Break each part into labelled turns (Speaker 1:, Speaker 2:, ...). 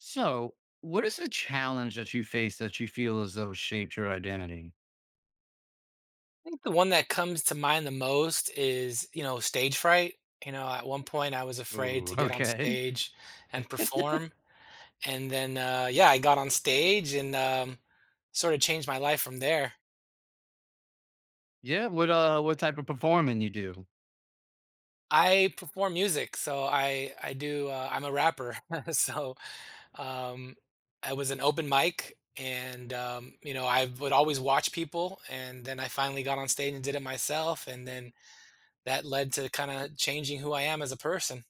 Speaker 1: So, what is a challenge that you face that you feel as though shaped your identity?
Speaker 2: I think the one that comes to mind the most is, you know, stage fright. You know, at one point I was afraid
Speaker 1: Ooh,
Speaker 2: to get on
Speaker 1: okay.
Speaker 2: stage and perform. And then, yeah, I got on stage and sort of changed my life from there.
Speaker 1: Yeah, what type of performing you do?
Speaker 2: I perform music, so I do. I'm a rapper, so um, I was an open mic, and you know I would always watch people, and then I finally got on stage and did it myself, and then that led to kind of changing who I am as a person.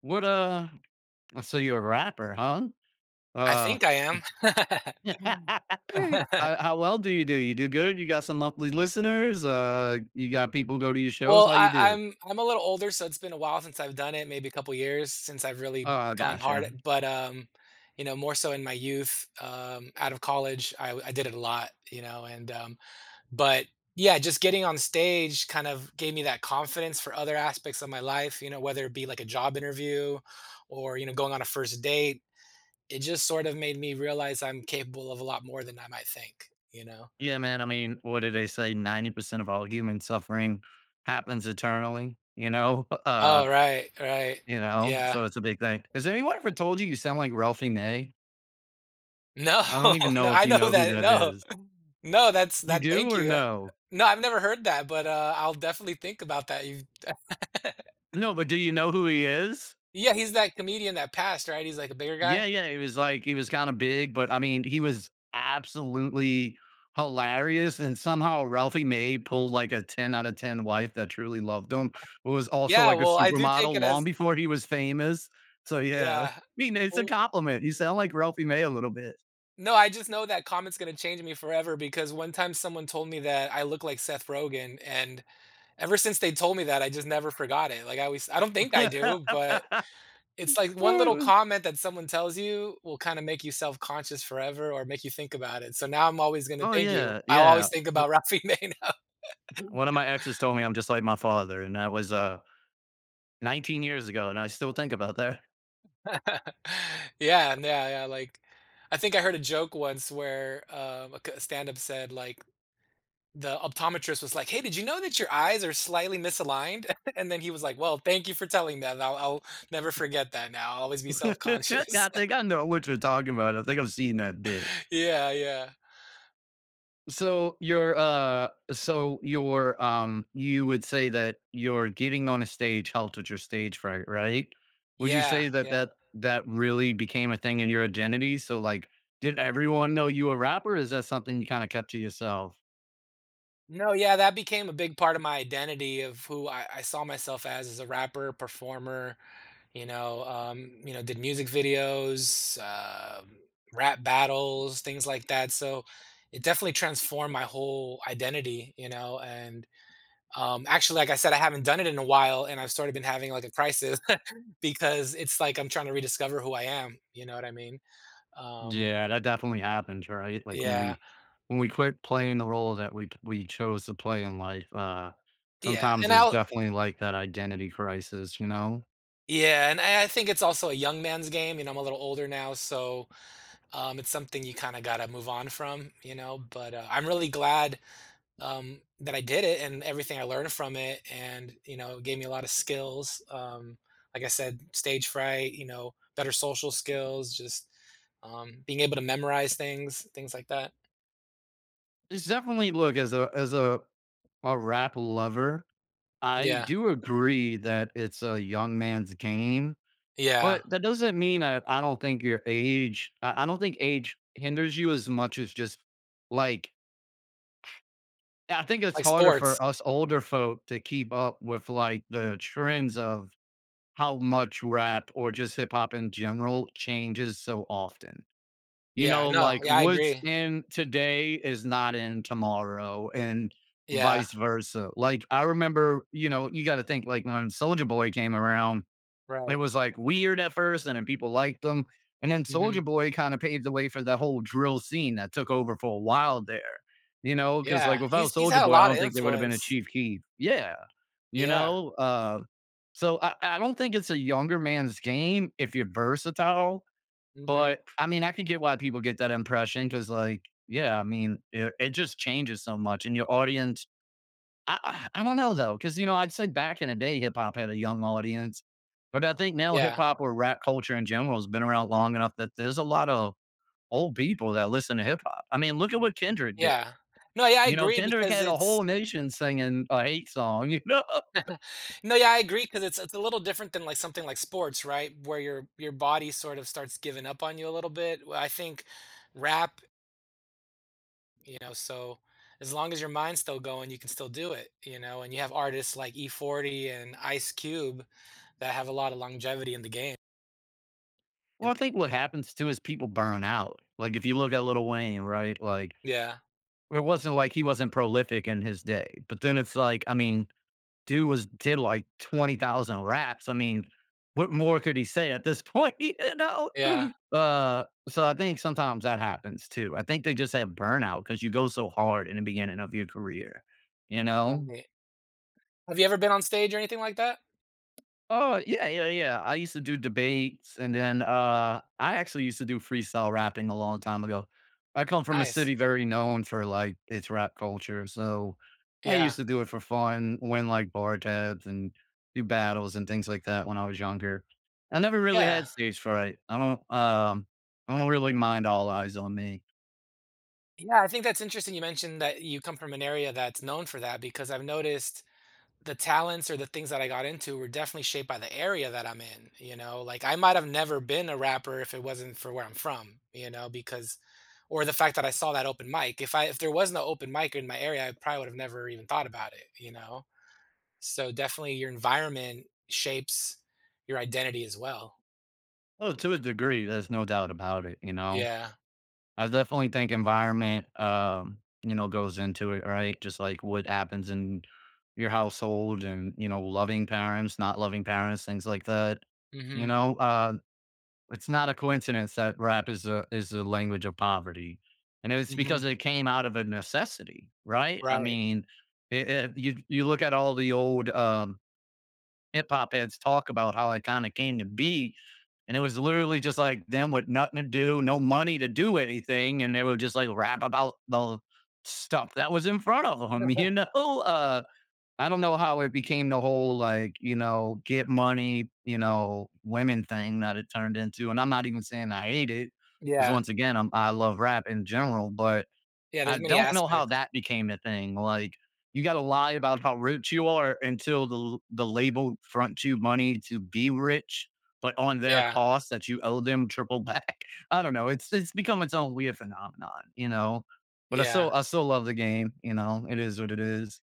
Speaker 1: What So you're a rapper, huh?
Speaker 2: I
Speaker 1: Uh
Speaker 2: think I am.
Speaker 1: how, how well do you do? You do good? You got some monthly listeners? You got people go to your shows?
Speaker 2: Well,
Speaker 1: How you
Speaker 2: I
Speaker 1: do?
Speaker 2: I'm I'm a little older, so it's been a while since I've done it, maybe a couple years since I've really
Speaker 1: Oh,
Speaker 2: gone hard,
Speaker 1: gotcha.
Speaker 2: but, you know, more so in my youth, out of college, I did it a lot, you know, and, but, yeah, just getting on stage kind of gave me that confidence for other aspects of my life, you know, whether it be like a job interview or, you know, going on a first date. It just sort of made me realize I'm capable of a lot more than I might think, you know?
Speaker 1: Yeah, man. I mean, what do they say? 90% of all human suffering happens eternally, you know?
Speaker 2: Oh, right, right.
Speaker 1: You know?
Speaker 2: Yeah.
Speaker 1: So it's a big thing. Has anyone ever told you you sound like Ralphie May?
Speaker 2: No,
Speaker 1: I don't even
Speaker 2: no,
Speaker 1: know if
Speaker 2: I
Speaker 1: you
Speaker 2: know
Speaker 1: know who
Speaker 2: that
Speaker 1: that
Speaker 2: no.
Speaker 1: is.
Speaker 2: No, that's
Speaker 1: You
Speaker 2: that
Speaker 1: do
Speaker 2: thank
Speaker 1: or
Speaker 2: you.
Speaker 1: no?
Speaker 2: No, I've never heard that, but, I'll definitely think about that. You
Speaker 1: No, but do you know who he is?
Speaker 2: Yeah, he's that comedian that passed, right? He's, like, a bigger guy?
Speaker 1: Yeah, yeah. He was kind of big, but I mean, he was absolutely hilarious. And somehow Ralphie May pulled like a 10 out of 10 wife that truly loved him, who was also
Speaker 2: Yeah,
Speaker 1: like a
Speaker 2: well, I do take
Speaker 1: supermodel
Speaker 2: it
Speaker 1: long
Speaker 2: as
Speaker 1: before he was famous. So yeah, I
Speaker 2: yeah.
Speaker 1: mean, it's a
Speaker 2: Well
Speaker 1: compliment. You sound like Ralphie May a little bit.
Speaker 2: no, I just know that comment's gonna change me forever because one time someone told me that I look like Seth Rogen, and ever since they told me that, I just never forgot it. Like, I always I don't think I do, but it's like one little comment that someone tells you will kinda make you self-conscious forever or make you think about it. So now I'm always gonna
Speaker 1: Oh,
Speaker 2: thank you.
Speaker 1: yeah,
Speaker 2: I'll always
Speaker 1: yeah.
Speaker 2: think
Speaker 1: W
Speaker 2: about Rafi Mena.
Speaker 1: one of my exes told me I'm just like my father, and that was, 19 years ago, and I still think about that.
Speaker 2: Yeah, yeah, yeah, like, I think I heard a joke once where, a stand-up said, like, the optometrist was like, "Hey, did you know that your eyes are slightly misaligned?" And then he was like, "Well, thank you for telling that. I'll never forget that now. I'll always be
Speaker 1: I
Speaker 2: self-conscious."
Speaker 1: think I know what you're talking about. I think I've seen that bit.
Speaker 2: Yeah, yeah.
Speaker 1: So you would say that your getting on a stage helped with your stage fright, right? Would you
Speaker 2: Yeah,
Speaker 1: say that
Speaker 2: yeah.
Speaker 1: that that really became a thing in your identity? So, like, did everyone know you were a rapper, or is that something you kinda kept to yourself?
Speaker 2: No, yeah, that became a big part of my identity of who I saw myself as a rapper, performer, you know, did music videos, rap battles, things like that. So it definitely transformed my whole identity, you know. And actually, like I said, I haven't done it in a while, and I've sort of been having like a crisis because it's like I'm trying to rediscover who I am. You know what I mean? Um,
Speaker 1: Yeah, that definitely happens, right? Like when
Speaker 2: yeah,
Speaker 1: we when we quit playing the role that we chose to play in life,
Speaker 2: yeah.
Speaker 1: sometimes
Speaker 2: And
Speaker 1: it's
Speaker 2: I
Speaker 1: definitely like that identity crisis, you know?
Speaker 2: yeah, and I think it's also a young man's game, you know, I'm a little older now, so, it's something you kinda gotta move on from, you know, but, I'm really glad, that I did it and everything I learned from it and, you know, it gave me a lot of skills, like I said, stage fright, you know, better social skills, just, being able to memorize things, things like that.
Speaker 1: It's definitely, look, as a rap lover, I
Speaker 2: Yeah,
Speaker 1: do agree that it's a young man's game,
Speaker 2: yeah,
Speaker 1: but that doesn't mean that I don't think I don't think age hinders you as much as just like I think it's
Speaker 2: like
Speaker 1: harder
Speaker 2: sports.
Speaker 1: for us older folk to keep up with like the trends of how much rap or just hip hop in general changes so often. You
Speaker 2: Yeah,
Speaker 1: know,
Speaker 2: no,
Speaker 1: like
Speaker 2: yeah, I
Speaker 1: what's
Speaker 2: agree.
Speaker 1: in today is not in tomorrow and
Speaker 2: Yeah,
Speaker 1: vice versa. Like I remember, you know, you got to think like when Soldier Boy came around, it
Speaker 2: right.
Speaker 1: was like weird at first, and then people liked them. And then
Speaker 2: Mhm.
Speaker 1: Soldier Boy kind of paved the way for that whole drill scene that took over for a while there. You know, because
Speaker 2: Yeah,
Speaker 1: like without
Speaker 2: he's
Speaker 1: Soldier
Speaker 2: had a
Speaker 1: Boy, I
Speaker 2: lot of
Speaker 1: don't think there would have been
Speaker 2: influence.
Speaker 1: a Chief Keef. Yeah. You
Speaker 2: Yeah.
Speaker 1: know, so I don't think it's a younger man's game if you're versatile.
Speaker 2: Mhm.
Speaker 1: But I mean, I can get why people get that impression because, like, yeah, I mean, it just changes so much, and your audience I don't know though, because you know, I'd say back in the day, hip hop had a young audience, but I think now hip
Speaker 2: Yeah.
Speaker 1: hop or rap culture in general has been around long enough that there's a lot of old people that listen to hip hop. I mean, look at what Kendrick did.
Speaker 2: Yeah. No, yeah, I
Speaker 1: You know,
Speaker 2: agree
Speaker 1: Kendrick
Speaker 2: because
Speaker 1: had a
Speaker 2: it's
Speaker 1: whole nation singing a hate song. You know,
Speaker 2: No, yeah, I agree because it's a little different than, like, something like sports, right? Where your body sort of starts giving up on you a little bit. Well, I think rap, you know, so as long as your mind's still going, you can still do it, you know, and you have artists like E-40 and Ice Cube that have a lot of longevity in the game.
Speaker 1: well, I think what happens too is people burn out. Like if you look at Little Wayne, right? Like
Speaker 2: Yeah.
Speaker 1: it wasn't like he wasn't prolific in his day, but then it's like, I mean, dude was did like 20,000 raps. I mean, what more could he say at this point, you know?
Speaker 2: Yeah.
Speaker 1: Uh, so I think sometimes that happens too. I think they just have burnout because you go so hard in the beginning of your career, you know?
Speaker 2: Right. Have you ever been on stage or anything like that?
Speaker 1: Oh, yeah, yeah, yeah. I used to do debates and then I actually used to do freestyle rapping a long time ago. I come from a
Speaker 2: Nice.
Speaker 1: city very known for like its rap culture. So I
Speaker 2: Yeah.
Speaker 1: used to do it for fun, win like bar tabs and do battles and things like that when I was younger. I never really
Speaker 2: Yeah.
Speaker 1: had stage fright. I don't really mind all eyes on me.
Speaker 2: Yeah, I think that's interesting you mentioned that you come from an area that's known for that because I've noticed the talents or the things that I got into were definitely shaped by the area that I'm in, you know? Like I might have never been a rapper if it wasn't for where I'm from, you know, because or the fact that I saw that open mic. If there was no open mic in my area, I probably would have never even thought about it, you know? So definitely your environment shapes your identity as well.
Speaker 1: Oh, to a degree, there's no doubt about it, you know.
Speaker 2: Yeah.
Speaker 1: I definitely think environment, goes into it, right? Just like what happens in your household and, loving parents, not loving parents, things like that. You
Speaker 2: Mhm.
Speaker 1: know, uh, it's not a coincidence that rap is the language of poverty. And it's
Speaker 2: Mhm.
Speaker 1: because it came out of a necessity, right? I
Speaker 2: Right.
Speaker 1: mean, it, you look at all the old hip hop heads talk about how it kind of came to be, and it was literally just like them with nothing to do, no money to do anything. And they would just like rap about the stuff that was in front of them, you know? I don't know how it became the whole like, get money, women thing that it turned into. And I'm not even saying I hate it because
Speaker 2: Yeah.
Speaker 1: once again, I love rap in general, but
Speaker 2: Yeah,
Speaker 1: I
Speaker 2: there's many
Speaker 1: don't know how
Speaker 2: aspects.
Speaker 1: that became a thing, like, you gotta lie about how rich you are until the label fronts you money to be rich, but on their
Speaker 2: Yeah.
Speaker 1: cost that you owe them triple back. I don't know, it's become its own weird phenomenon, you know? But I
Speaker 2: Yeah.
Speaker 1: still I still love the game, you know? It is what it is.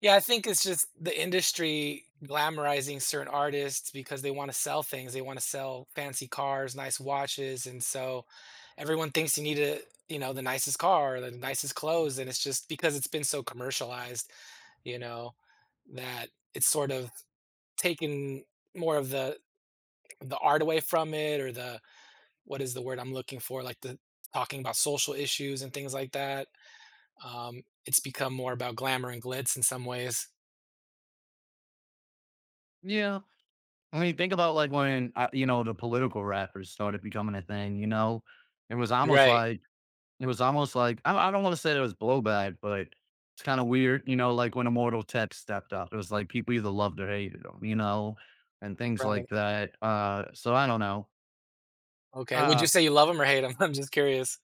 Speaker 2: Yeah, I think it's just the industry glamorizing certain artists because they want to sell things. They want to sell fancy cars, nice watches, and so everyone thinks you need to, you know, the nicest car, or the nicest clothes, and it's just because it's been so commercialized, you know, that it's sort of taken more of the art away from it or the what is the word I'm looking for, like the talking about social issues and things like that. It's become more about glamour and glitz in some ways.
Speaker 1: Yeah, I mean, think about, like, when, the political rappers started becoming a thing, you know? It was almost
Speaker 2: Right.
Speaker 1: like It was almost like I don't wanna say there was blowback, but it's kinda weird, you know, like, when Immortal Tech stepped up, it was like people either loved or hated him, you know, and things like
Speaker 2: Right.
Speaker 1: that, so I don't know.
Speaker 2: Okay, would you
Speaker 1: Uh
Speaker 2: say you love them or hate them? 'em? I'm just curious.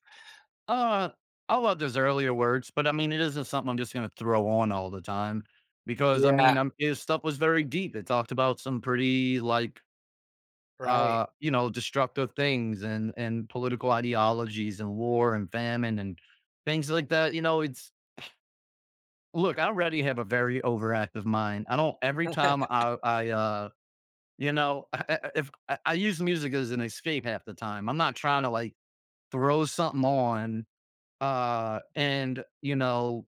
Speaker 1: uh, I love those earlier words, but, I mean, it isn't something I'm just gonna throw on all the time because, I
Speaker 2: Yeah,
Speaker 1: mean, his stuff was very deep. It talked about some pretty, like,
Speaker 2: right.
Speaker 1: destructive things and political ideologies and war and famine and things like that, you know, it's Look, I already have a very overactive mind. I don't every time I If I use music as an escape half the time. I'm not trying to like throw something on and you know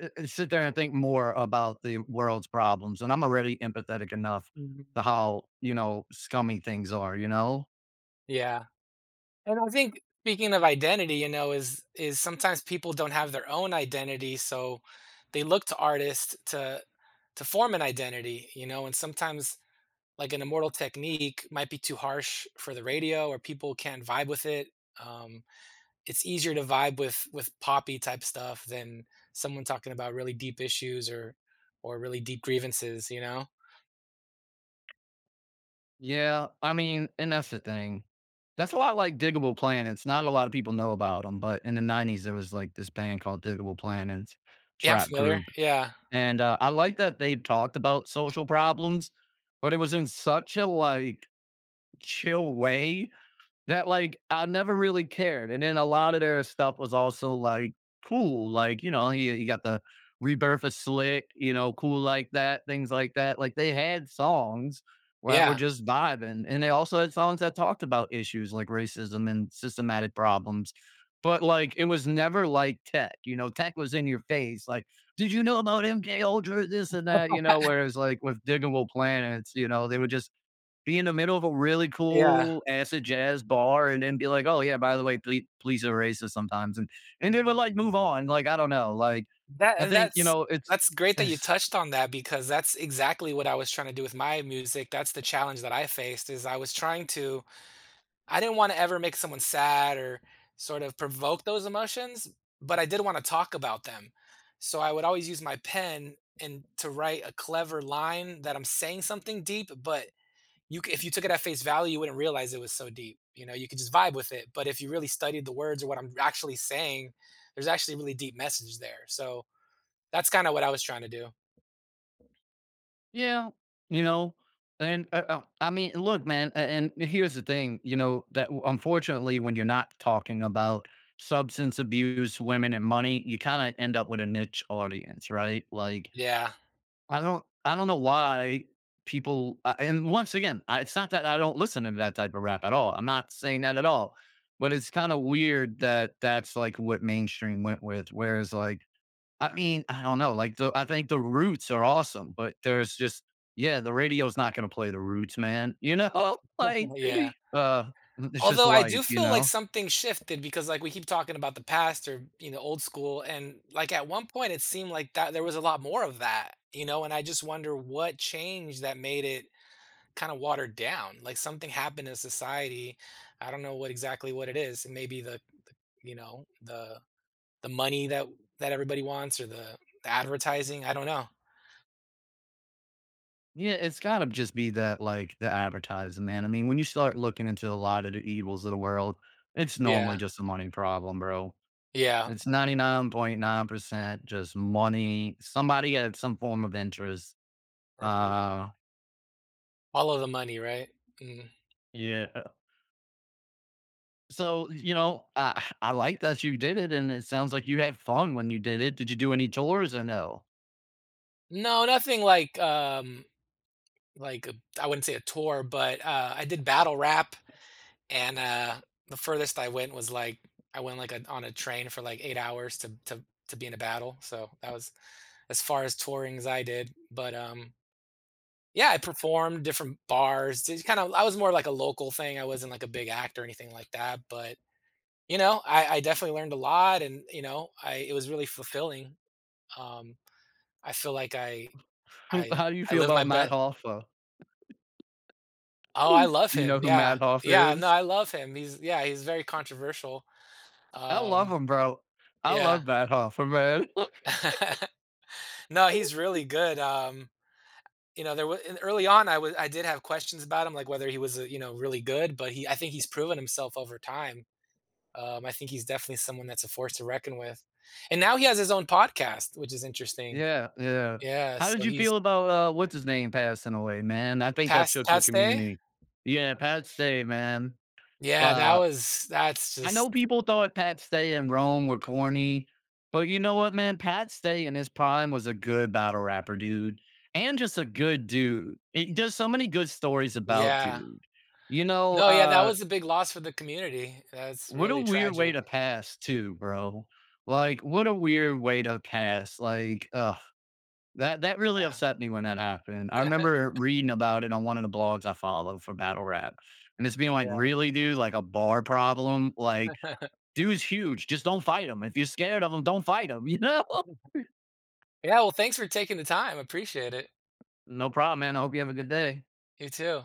Speaker 1: i- i- sit there and think more about the world's problems, and I'm already empathetic enough
Speaker 2: Mhm.
Speaker 1: to how, scummy things are, you know?
Speaker 2: Yeah, and I think speaking of identity, you know, is sometimes people don't have their own identity, so they look to artists to form an identity, you know, and sometimes, like, an Immortal Technique might be too harsh for the radio or people can't vibe with it. Um, it's easier to vibe with poppy type stuff than someone talking about really deep issues or really deep grievances, you know?
Speaker 1: Yeah, I mean, and that's the thing. That's a lot like Diggable Planets. Not a lot of people know about them, but in the 90s, there was like this band called Diggable Planets,
Speaker 2: Yeah, I'm
Speaker 1: trap
Speaker 2: familiar,
Speaker 1: group.
Speaker 2: yeah.
Speaker 1: And I like that they talked about social problems, but it was in such a like chill way that, like, I never really cared, and then a lot of their stuff was also, like, cool, like, he got the Rebirth of Slick, you know, Cool Like That, things like that, like, they had songs that were
Speaker 2: Yeah,
Speaker 1: just vibing, and they also had songs that talked about issues like racism and systematic problems, but, like, it was never like Tech. Tech was in your face, like, "Did you know about MK Ultra?" This and that, whereas, like, with Diggable Planets, they would just be in the middle of a really
Speaker 2: yeah.
Speaker 1: cool acid jazz bar and then be like, "Oh yeah, by the way, police are racist sometimes," and then would like move on. Like I don't know. Like
Speaker 2: That
Speaker 1: I
Speaker 2: and
Speaker 1: think
Speaker 2: that's
Speaker 1: it's
Speaker 2: that's great that you
Speaker 1: it's
Speaker 2: touched on that because that's exactly what I was trying to do with my music. That's the challenge that I faced is I was trying to I didn't wanna ever make someone sad or sort of provoke those emotions, but I did wanna talk about them. So I would always use my pen and to write a clever line that I'm saying something deep, but you if you took it at face value, you wouldn't realize it was so deep. You know, you could just vibe with it. But if you really studied the words or what I'm actually saying, there's actually a really deep message there. So that's kind of what I was trying to do.
Speaker 1: yeah you know. And I mean, look, man. And here's the thing, you know, that unfortunately, when you're not talking about substance abuse, women, and money, you kind of end up with a niche audience, right? Like,
Speaker 2: Yeah,
Speaker 1: I don't know why people and once again, it's not that I don't listen to that type of rap at all. I'm not saying that at all. But it's kind of weird that that's like what mainstream went with, whereas like, I mean, I don't know, like the I think the Roots are awesome, but there's just, yeah, the radio's not going to play the Roots, man. You know, like
Speaker 2: yeah.
Speaker 1: uh it's just
Speaker 2: Although I do
Speaker 1: life, you
Speaker 2: feel like
Speaker 1: know.
Speaker 2: something shifted because, like, we keep talking about the past or, you know, old school, and, like, at one point, it seemed like that there was a lot more of that, you know, and I just wonder what changed that made it kinda watered down. Like, something happened in society. I don't know what exactly what it is. It may be the you know, the money that everybody wants or the advertising. I don't know.
Speaker 1: Yeah, it's gotta just be that, like, the advertising, man. I mean, when you start looking into a lot of the evils of the world, it's normally
Speaker 2: Yeah.
Speaker 1: just a money problem, bro.
Speaker 2: Yeah.
Speaker 1: It's 99.9% just money, somebody had some form of interest.
Speaker 2: Right.
Speaker 1: Uh,
Speaker 2: All of the money, right? Mm.
Speaker 1: yeah. So, you know, I like that you did it, and it sounds like you had fun when you did it. Did you do any tours or no?
Speaker 2: No, nothing like, like a I wouldn't say a tour, but, I did battle rap, and, the furthest I went was, like I went, like, a on a train for, like, 8 hours to be in a battle, so that was as far as touring as I did, but, yeah, I performed different bars, kinda I was more like a local thing, I wasn't, like, a big act or anything like that, but, you know, I definitely learned a lot and, you know, I it was really fulfilling, um, I feel like
Speaker 1: Who
Speaker 2: I
Speaker 1: how do you
Speaker 2: I
Speaker 1: feel
Speaker 2: lived my
Speaker 1: about Matt
Speaker 2: best.
Speaker 1: Hoffa?
Speaker 2: Oh, I
Speaker 1: Do
Speaker 2: love
Speaker 1: you
Speaker 2: him,
Speaker 1: know who
Speaker 2: yeah.
Speaker 1: Matt
Speaker 2: Yeah,
Speaker 1: Hoffa
Speaker 2: no,
Speaker 1: is?
Speaker 2: I love him. He's yeah, he's very controversial.
Speaker 1: I love
Speaker 2: Um,
Speaker 1: him, bro. I
Speaker 2: yeah.
Speaker 1: love Matt Hoffa, man.
Speaker 2: No, he's really good. You know, there was early on, I did have questions about him, like whether he was, you know, really good, but he I think he's proven himself over time. I think he's definitely someone that's a force to reckon with. And now he has his own podcast, which is interesting.
Speaker 1: Yeah, yeah.
Speaker 2: Yeah,
Speaker 1: How did
Speaker 2: so
Speaker 1: you
Speaker 2: he's
Speaker 1: feel about, what's his name passing away, man? I think that
Speaker 2: Past
Speaker 1: shook the
Speaker 2: Past Day?
Speaker 1: community. Yeah, Pat Stay, man.
Speaker 2: Yeah, that
Speaker 1: Uh,
Speaker 2: was that's
Speaker 1: I
Speaker 2: just
Speaker 1: know people thought Pat Stay and Rome were corny, but you know what, man? Pat Stay in his prime was a good battle rapper, dude, and just a good dude. He there's so many good stories about
Speaker 2: yeah.
Speaker 1: dude. You know,
Speaker 2: No, yeah, that
Speaker 1: uh,
Speaker 2: was a big loss for the community. That's
Speaker 1: what a
Speaker 2: really
Speaker 1: weird way
Speaker 2: tragic.
Speaker 1: to pass too, bro. Like, what a weird way to pass. Like, ugh. That really
Speaker 2: Yeah.
Speaker 1: upset me when that happened. I remember reading about it on one of the blogs I follow for battle rap, and it's being like,
Speaker 2: Yeah.
Speaker 1: "Really, dude? Like a bar problem? Like, dude's huge. Just don't fight him. If you're scared of him, don't fight him." You know?
Speaker 2: Yeah, well, thanks for taking the time. Appreciate it.
Speaker 1: No problem, man. I hope you have a good day.
Speaker 2: You too.